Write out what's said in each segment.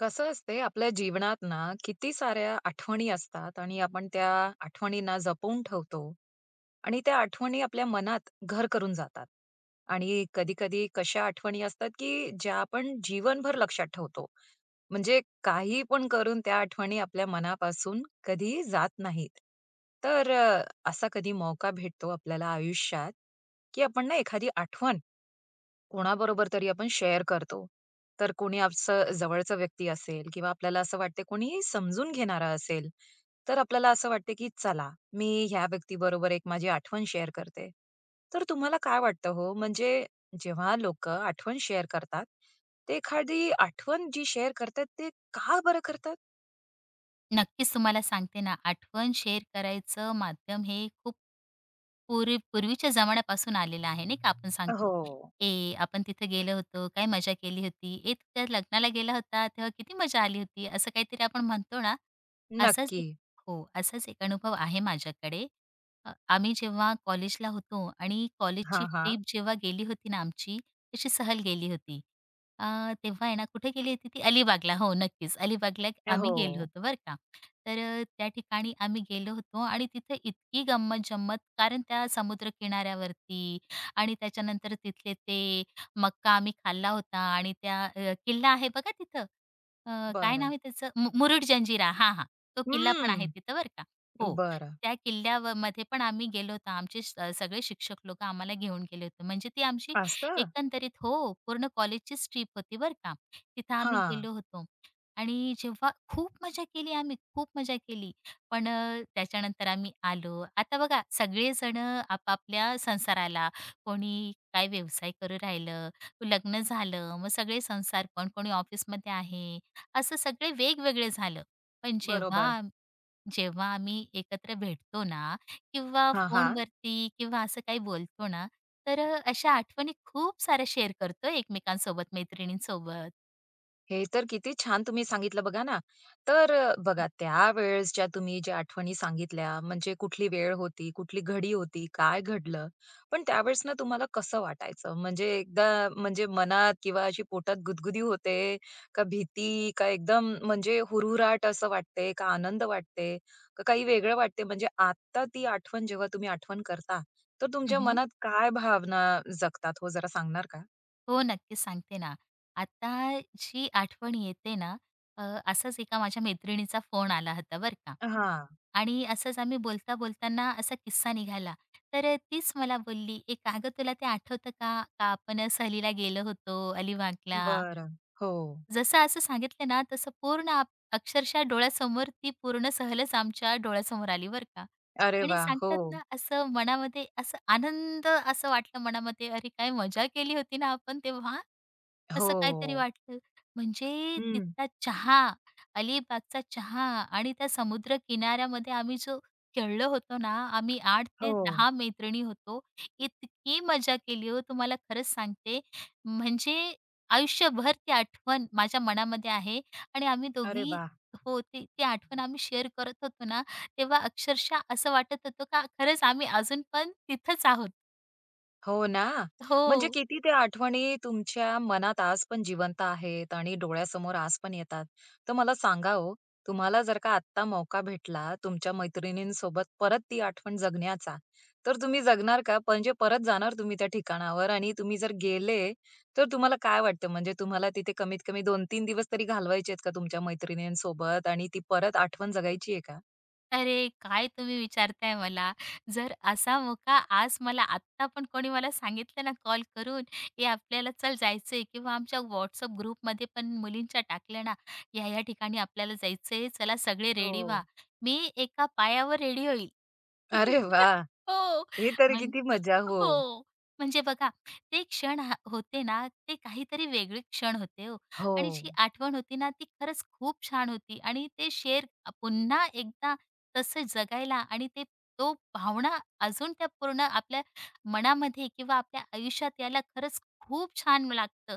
कसं असते आपल्या जीवनात ना किती साऱ्या आठवणी असतात आणि आपण त्या आठवणींना जपून ठेवतो आणि त्या आठवणी आपल्या मनात घर करून जातात आणि कधी कधी कशा आठवणी असतात की ज्या आपण जीवनभर लक्षात ठेवतो म्हणजे काही पण करून त्या आठवणी आपल्या मनापासून कधी जात नाहीत. तर असा कधी मौका भेटतो आपल्याला आयुष्यात की आपण ना एखादी आठवण कोणाबरोबर तरी आपण शेअर करतो. तर कोणी असं जवळचा व्यक्ती असेल किंवा आपल्याला असं वाटते कोणी समजून घेणारा असेल, तर आपल्याला असं वाटते की चला, मी ह्या व्यक्तीबरोबर एक माझी आठवण शेअर करते. तर तुम्हाला काय वाटतं हो, म्हणजे जेव्हा लोकं आठवण शेअर करतात, ते एखादी आठवण जी शेअर करतात, ते का बरं करतात? नक्कीच तुम्हाला सांगते ना, आठवण शेअर करायचं माध्यम हे खूप पूर्वीच्या जमान्यापासून आलेलं आहे नाही का? आपण सांगतो, हो. "ए, आपण तिथे गेलो होतो, काय मजा केली होती. ए, तू त्या लग्नाला गेला होता, तेव्हा किती मजा आली होती." असं काहीतरी आपण म्हणतो ना, असाच नक्की. एक हो, असाच एक अनुभव आहे माझ्याकडे. आम्ही जेव्हा कॉलेजला होतो आणि कॉलेजची हां, हां. ट्रिप जेव्हा गेली होती ना आमची, तशी सहल गेली होती. अ, तेव्हा आहे ना कुठे गेली होती ती? अलिबागला. हो, नक्कीच. अलिबागला आम्ही हो. गेलो होतो बरं का. तर त्या ठिकाणी आम्ही गेलो होतो आणि तिथे इतकी गंमत-जंमत कारण त्या समुद्रकिनाऱ्यावरती आणि त्याच्यानंतर तिथले ते मका आम्ही खाल्ला होता आणि त्या किल्ला आहे बघा तिथं. काय नाव बरं. आहे त्याचं? मुरुड जंजिरा. हां, हां. तो किल्ला पण आहे हम्म. तिथं बरं का. हो. बरं. त्या किल्ल्यामध्ये पण आम्ही गेलो होतो. आमचे सगळे शिक्षक लोकं आम्हाला घेऊन गेले होते. म्हणजे ती आमची असं? एकंदरीत हो, पूर्ण कॉलेजचीच ट्रिप होती बरं का. तिथं आम्ही हां. गेलो होतो आणि जेव्हा खूप मजा केली आम्ही, खूप मजा केली. पण त्याच्यानंतर आम्ही आलो. आता बघा सगळेजण आपापल्या संसाराला, कोणी काय व्यवसाय करू राहिलं, लग्न झालं, मग सगळे संसार पण कोणी ऑफिसमध्ये आहे, असं सगळे वेगवेगळे झालं. पण जेव्हा बरोबर. आम- जेव्हा आम्ही एकत्र भेटतो ना किंवा हां, हां. फोनवरती किंवा असं काही बोलतो ना तर अशा आठवणी खूप साऱ्या शेअर करतो एकमेकांसोबत मैत्रिणींसोबत. हे तर किती छान तुम्ही सांगितलं बघा ना. तर बघा त्यावेळेस ज्या तुम्ही ज्या आठवणी सांगितल्या म्हणजे कुठली वेळ होती, कुठली घडी होती, काय घडलं? पण त्यावेळेस ना तुम्हाला कसं वाटायचं? म्हणजे एकदा म्हणजे मनात किंवा अशी पोटात गुदगुदी होते, का भीती, का एकदम म्हणजे हुरहुराट असं वाटते, का आनंद वाटते, का काही वेगळं वाटते? म्हणजे आता ती आठवण जेव्हा तुम्ही आठवण करता, तर तुमच्या उम्हम. मनात काय भावना जगतात हो जरा सांगणार का? हो, नक्की सांगते ना. आता जी आठवण येते ना, अ, असाच एका माझ्या मैत्रिणीचा फोन आला होता बरं का, हां. आणि असंच आम्ही बोलता बोलताना असा किस्सा निघाला. तर तीच मला बोलली एक, अगं तुला ते आठवतं का का आपण सहलीला गेलो होतो अलिबागला. बरं. हो. जसं असं सांगितलं ना, तसं पूर्ण आप अक्षरशः डोळ्यासमोर ती पूर्ण सहलच आमच्या डोळ्यासमोर आली बरं का. अरे आणि वाह! हो. सांगतात ना, असं मनामध्ये असं आनंद असं वाटलं मनामध्ये, "अरे काय मजा केली होती ना आपण तेव्हा." असं काहीतरी हो. वाटलं. म्हणजे हं. तिथला चहा, अलिबागचा चहा आणि त्या समुद्र किनाऱ्यामध्ये आम्ही जो खेळलो होतो ना, आम्ही 8 ते हो. 10 मैत्रिणी होतो. इतकी मजा केली हो, तुम्हाला खरंच सांगते. म्हणजे आयुष्यभर ती आठवण माझ्या मनामध्ये आहे आणि आम्ही अरे दोघी वाह! हो, ते ती आठवण आम्ही शेअर करत होतो ना, तेव्हा अक्षरशः असं वाटत होतं का खरंच आम्ही अजून पण तिथंच आहोत. हो ना. म्हणजे हो. किती त्या आठवणी तुमच्या मनात आज पण जिवंत आहेत आणि डोळ्यासमोर आज पण येतात. तर मला सांगा ओ, तुम्हाला जर का आत्ता मौका भेटला तुमच्या मैत्रिणींसोबत परत ती आठवण जगण्याचा, तर तुम्ही जगणार का? म्हणजे परत जाणार तुम्ही त्या ठिकाणावर आणि तुम्ही जर गेले, तर तुम्हाला काय वाटतं? म्हणजे तुम्हाला तिथे कमीत कमी 2-3 दिवस तरी घालवायचे आहेत का तुमच्या मैत्रिणींसोबत आणि ती परत आठवण जगायची आहे का? अरे, काय तुम्ही विचारताय मला. जर असा मोका आज मला आत्ता पण कोणी मला सांगितलं ना कॉल करून, "ए, आपल्याला चल जायचंय" किंवा आमच्या WhatsApp ग्रुपमध्ये पण मुलींच्या टाकल्या ना, "या-या ठिकाणी आपल्याला जायचंय, चला सगळे रेडी हो. व्हा." मी एका पायावर रेडी होईल. अरे वा, हो. हे तर म्हण किती मजा. हो. हो. म्हणजे बघा, ते क्षण हा होते ना, ते काहीतरी वेगळे क्षण होते हो. हो. आणि जी आठवण होती ना, ती खरंच खूप छान होती आणि ते शेर पुन्हा एकदा तसं जगायला आणि ते तो भावना अजून त्या पूर्ण आपल्या मनामध्ये किंवा आपल्या आयुष्यात यायला खरंच खूप छान लागतं.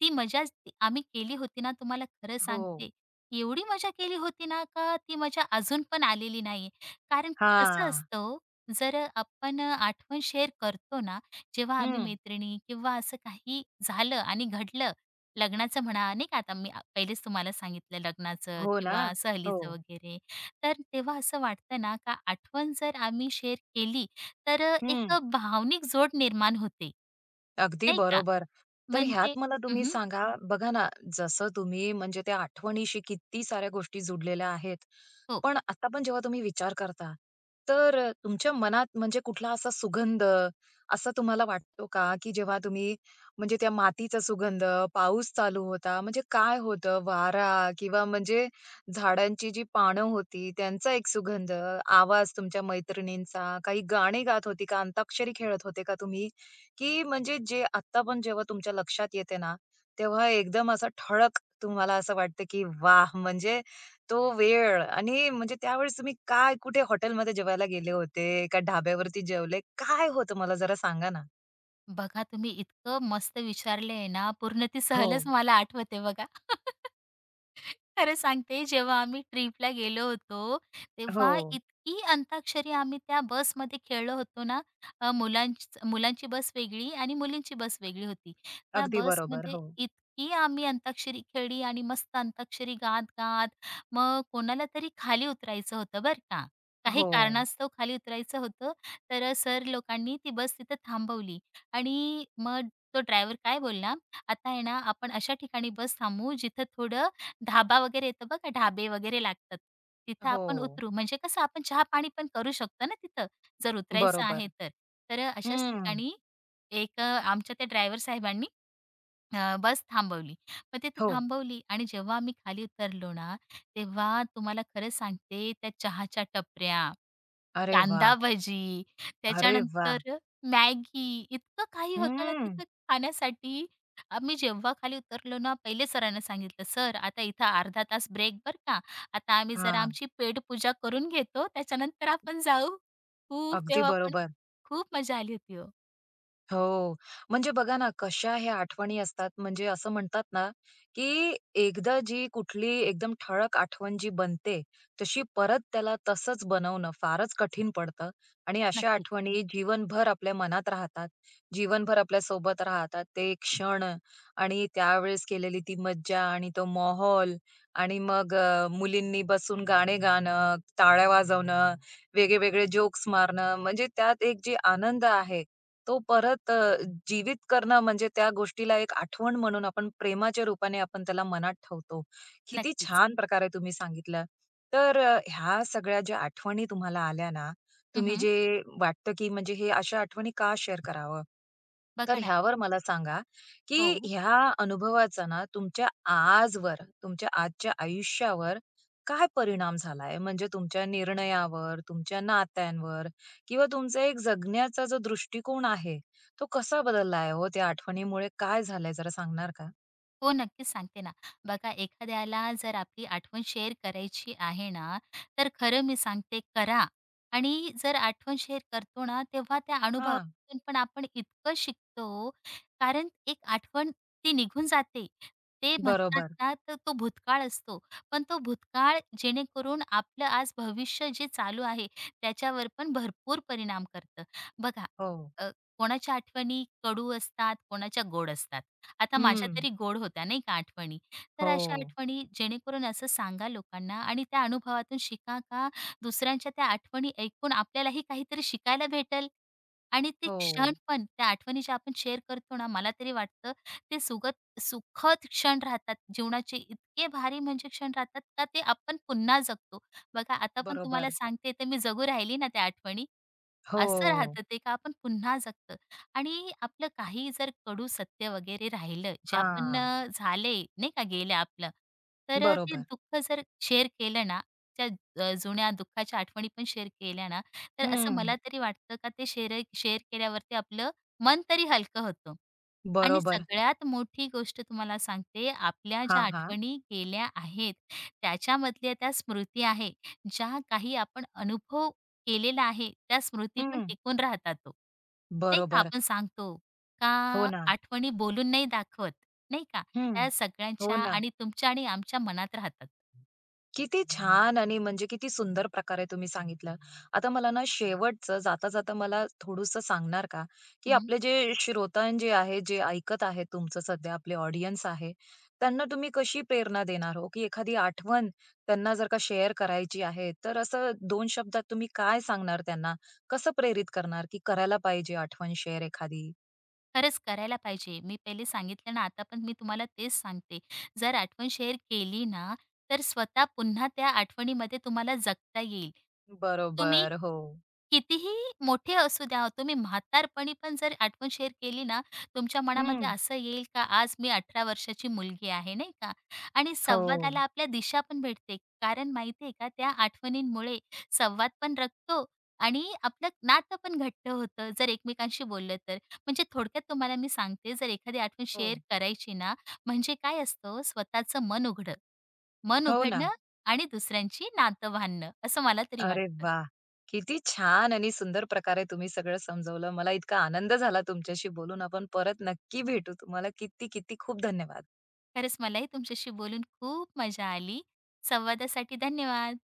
ती मजा जी आम्ही केली होती ना, तुम्हाला खरं हो. सांगते, एवढी मजा केली होती ना, का ती मजा अजून पण आलेली नाहीये. कारण कसं हां. असतं ओ, जर आपण आठवण शेअर करतो ना, जेव्हा आम्ही हं. मैत्रिणी किंवा असं काही झालं आणि घडलं, लग्नाचं म्हणा नाही का, पहिलेच तुम्हाला सांगितलं लग्नाचं हो ना. किंवा हो. सहलीचं वगैरे. तर तेव्हा असं वाटतं ना, का आठवण जर आम्ही शेअर केली, तर एक हं. भावनिक जोड निर्माण होते, अगदी नाही का? बरोबर. तर ह्यात म्हणजे मला तुम्ही हं, सांगा, बघा ना, जसं तुम्ही म्हणजे त्या आठवणीशी किती साऱ्या गोष्टी जुडलेल्या आहेत. हो. पण आता पण जेव्हा तुम्ही विचार करता, तर तुमच्या मनात म्हणजे कुठला असा सुगंध असा तुम्हाला वाटतो का, की जेव्हा तुम्ही म्हणजे त्या मातीचा सुगंध, पाऊस चालू होता, म्हणजे काय होतं, वारा किंवा म्हणजे झाडांची जी पानं होती त्यांचा एक सुगंध, आवाज तुमच्या मैत्रिणींचा, काही गाणी गात होती का, अंताक्षरी खेळत होते का तुम्ही? की म्हणजे जे आत्ता पण जेव्हा तुमच्या लक्षात येते ना, तेव्हा एकदम असं ठळक तुम्हाला असं वाटतं की वाह! म्हणजे तो वेळ आणि म्हणजे त्यावेळेस तुम्ही काय कुठे हॉटेलमध्ये जेवायला गेले होते? का ढाब्यावरती जेवले? काय होतं मला जरा सांगा ना? बघा तुम्ही इतकं मस्त विचारलंय ना, पूर्ण ती हो, सहलच मला आठवते बघा. खरं सांगते जेव्हा आम्ही ट्रिपला गेलो होतो, तेव्हा हो. इतकी अंताक्षरी आम्ही त्या बसमध्ये खेळलो होतो ना, मुलांची बस वेगळी आणि मुलींची बस वेगळी होती. त्या अगदी बरोबर. बसमध्ये हो. इतकी आम्ही अंताक्षरी खेळली आणि मस्त अंताक्षरी गात-गात मग कोणाला तरी खाली उतरायचं होतं बरं का. काही हो, कारणास्तव खाली उतरायचं होतं, तर सर लोकांनी ती बस तिथं थांबवली आणि मग तो ड्रायव्हर काय बोलला, "आता आहे ना, आपण अशा ठिकाणी बस थांबवू जिथं थोडं धाबा वगैरे येतो बघा, ढाबे वगैरे लागतात. तिथं हो. आपण उतरू म्हणजे कसं आपण चहा-पाणी पण करू शकतो ना तिथं, जर उतरायचं आहे बरोबर. तर. तर अशाच हं. ठिकाणी आमच्या त्या ड्रायव्हर साहेबांनी बस थांबवली. मग तिथे हो. थांबवली आणि जेव्हा आम्ही खाली उतरलो ना, तेव्हा तुम्हाला खरं सांगते त्या चहाच्या टपऱ्या, अरे कांदा वाह! भजी, अरे वाह! त्याच्यानंतर मॅगी इतकं काही होतं ना हं. तिथं खाण्यासाठी. आम्ही जेव्हा खाली उतरलो ना, पहिले सरांना सांगितलं, "सर आता इथं अर्धा तास ब्रेक बरं का. आता आम्ही जरा हां. आमची पेटपूजा करून घेतो, त्याच्यानंतर आपण जाऊ." खूप अगदी तेव्हा पण बरोबर. खूप मजा आली होती हो. हो. म्हणजे बघा ना, कशा ह्या आठवणी असतात म्हणजे असं म्हणतात ना, की एकदा जी कुठली एकदम ठळक आठवण जी बनते, तशी परत त्याला तसंच बनवणं फारच कठीण पडतं आणि अशा नक्कीच, आठवणी जीवनभर आपल्या मनात राहतात. जीवनभर आपल्यासोबत राहतात. ते क्षण आणि त्यावेळेस केलेली ती मज्जा आणि तो माहोल आणि मग मुलींनी बसून गाणे गाणं, टाळ्या वाजवणं, वेगळे-वेगळे जोक्स मारणं म्हणजे त्यात एक जे आनंद आहे तो परत जीवित करणं म्हणजे त्या गोष्टीला एक आठवण म्हणून आपण प्रेमाच्या रूपाने आपण त्याला मनात ठेवतो. किती नक्कीच. छान प्रकारे तुम्ही सांगितलं. तर ह्या सगळ्या ज्या आठवणी तुम्हाला आल्या ना, तुम्ही हं, जे वाटतं की म्हणजे हे अशा आठवणी का शेअर करावं? बघा तर ना. ह्यावर मला सांगा, की हो. ह्या अनुभवाचा ना तुमच्या आजवर, तुमच्या आजच्या आयुष्यावर काय परिणाम झालाय? म्हणजे तुमच्या निर्णयावर, तुमच्या नात्यांवर किंवा तुमचा एक जगण्याचा जो दृष्टिकोन आहे, तो कसा बदलला आहे हो त्या आठवणीमुळे? काय झालंय जरा सांगणार का? हो, नक्कीच सांगते ना. बघा एखाद्याला जर आपली आठवण शेअर करायची आहे ना, तर खरं मी सांगते करा. आणि जर आठवण शेअर करतो ना, तेव्हा त्या हां, अनुभवातून पण आपण इतकं शिकतो. कारण एक आठवण ती निघून जाते. ते म्हणतात बरोबर. ना, तर तो भूतकाळ असतो. पण तो भूतकाळ जेणेकरून आपलं आज भविष्य जे चालू आहे, त्याच्यावर पण भरपूर परिणाम करतं. बघा, हो. अ, कोणाच्या आठवणी कडू असतात, कोणाच्या गोड असतात. आता माझ्या हं. तरी गोड होत्या नाही का आठवणी. तर अशा हो. आठवणी जेणेकरून असं सांगा लोकांना आणि त्या अनुभवातून शिका का दुसऱ्यांच्या त्या आठवणी ऐकून आपल्यालाही काहीतरी शिकायला भेटेल. आणि ते क्षण हो. पण त्या आठवणी ज्या आपण शेअर करतो ना, मला तरी वाटतं ते सुखद क्षण राहतात जीवनाचे. इतके भारी म्हणजे क्षण राहतात का ते आपण पुन्हा जगतो. बघा आता पण तुम्हाला बरोबर. सांगते तर मी जगू राहिली ना त्या आठवणी. असं हो. राहतं ते का आपण पुन्हा जगतो आणि आपलं काही जर कडू सत्य वगैरे राहिलं जे आपण हां. झाले नाही का गेलं आपलं तर ते बरोबर. दुःख जर शेअर केलं ना त्या जुन्या दुःखाच्या आठवणी पण शेअर केल्या ना तर असं हं. मला तरी वाटतं का ते शेअर शेअर केल्यावरती आपलं मन तरी हलकं होतं आणि बरोबर. सगळ्यात मोठी गोष्ट तुम्हाला सांगते आपल्या ज्या हां, हां. आठवणी गेल्या आहेत त्याच्यामधल्या त्या स्मृती आहे ज्या काही आपण अनुभव केलेला आहे, त्या स्मृती पण हं. टिकून राहतात ओ. नाही का बरोबर. आपण सांगतो का हो ना. आठवणी बोलून नाही दाखवत, नाही का? हं. त्या सगळ्यांच्या हो ना. आणि तुमच्या आणि आमच्या मनात राहतात. किती छान आणि म्हणजे किती सुंदर प्रकारे तुम्ही सांगितलं. आता मला ना शेवटचं जाता-जाता मला थोडंसं सांगणार का, की आपले जे श्रोतां जे आहे, जे ऐकत आहेत तुमचं सध्या आपले ऑडियन्स आहे, त्यांना तुम्ही कशी प्रेरणा देणार हो? की एखादी आठवण त्यांना जर का शेअर करायची आहे, तर असं 2 शब्दात तुम्ही काय सांगणार त्यांना? कसं प्रेरित करणार, की करायला पाहिजे आठवण शेअर एखादी? खरंच करायला पाहिजे. मी पहिले सांगितलं ना, आता पण मी तुम्हाला तेच सांगते. जर आठवण शेअर केली ना, तर स्वतः पुन्हा त्या आठवणीमध्ये तुम्हाला जगता येईल. तुम्ही बरोबर. हो. कितीही मोठे असू द्या, तुम्ही म्हातारपणी पण जर आठवण शेअर केली ना, तुमच्या मनामध्ये हं. असं येईल का आज मी 18 वर्षाची मुलगी आहे, नाही का? आणि हो. संवादाला आपल्या दिशा पण भेटते. कारण माहिती आहे का, त्या आठवणींमुळे संवाद पण रंगतो आणि आपलं नातं पण घट्ट होतं, जर एकमेकांशी बोललं तर. म्हणजे थोडक्यात तुम्हाला मी सांगते जर एखादी आठवण हो. शेअर करायची ना, म्हणजे काय असतं स्वतःचं मन हो ना. उघडणं आणि दुसऱ्यांची नातं बांधणं, असं मला तरी अरे वाटतं. वाह! किती छान आणि सुंदर प्रकारे तुम्ही सगळं समजवलं. मला इतका आनंद झाला तुमच्याशी बोलून. आपण परत नक्की भेटू. तुम्हाला किती, किती खूप धन्यवाद. खरंच मलाही तुमच्याशी बोलून खूप मजा आली. संवादासाठी धन्यवाद.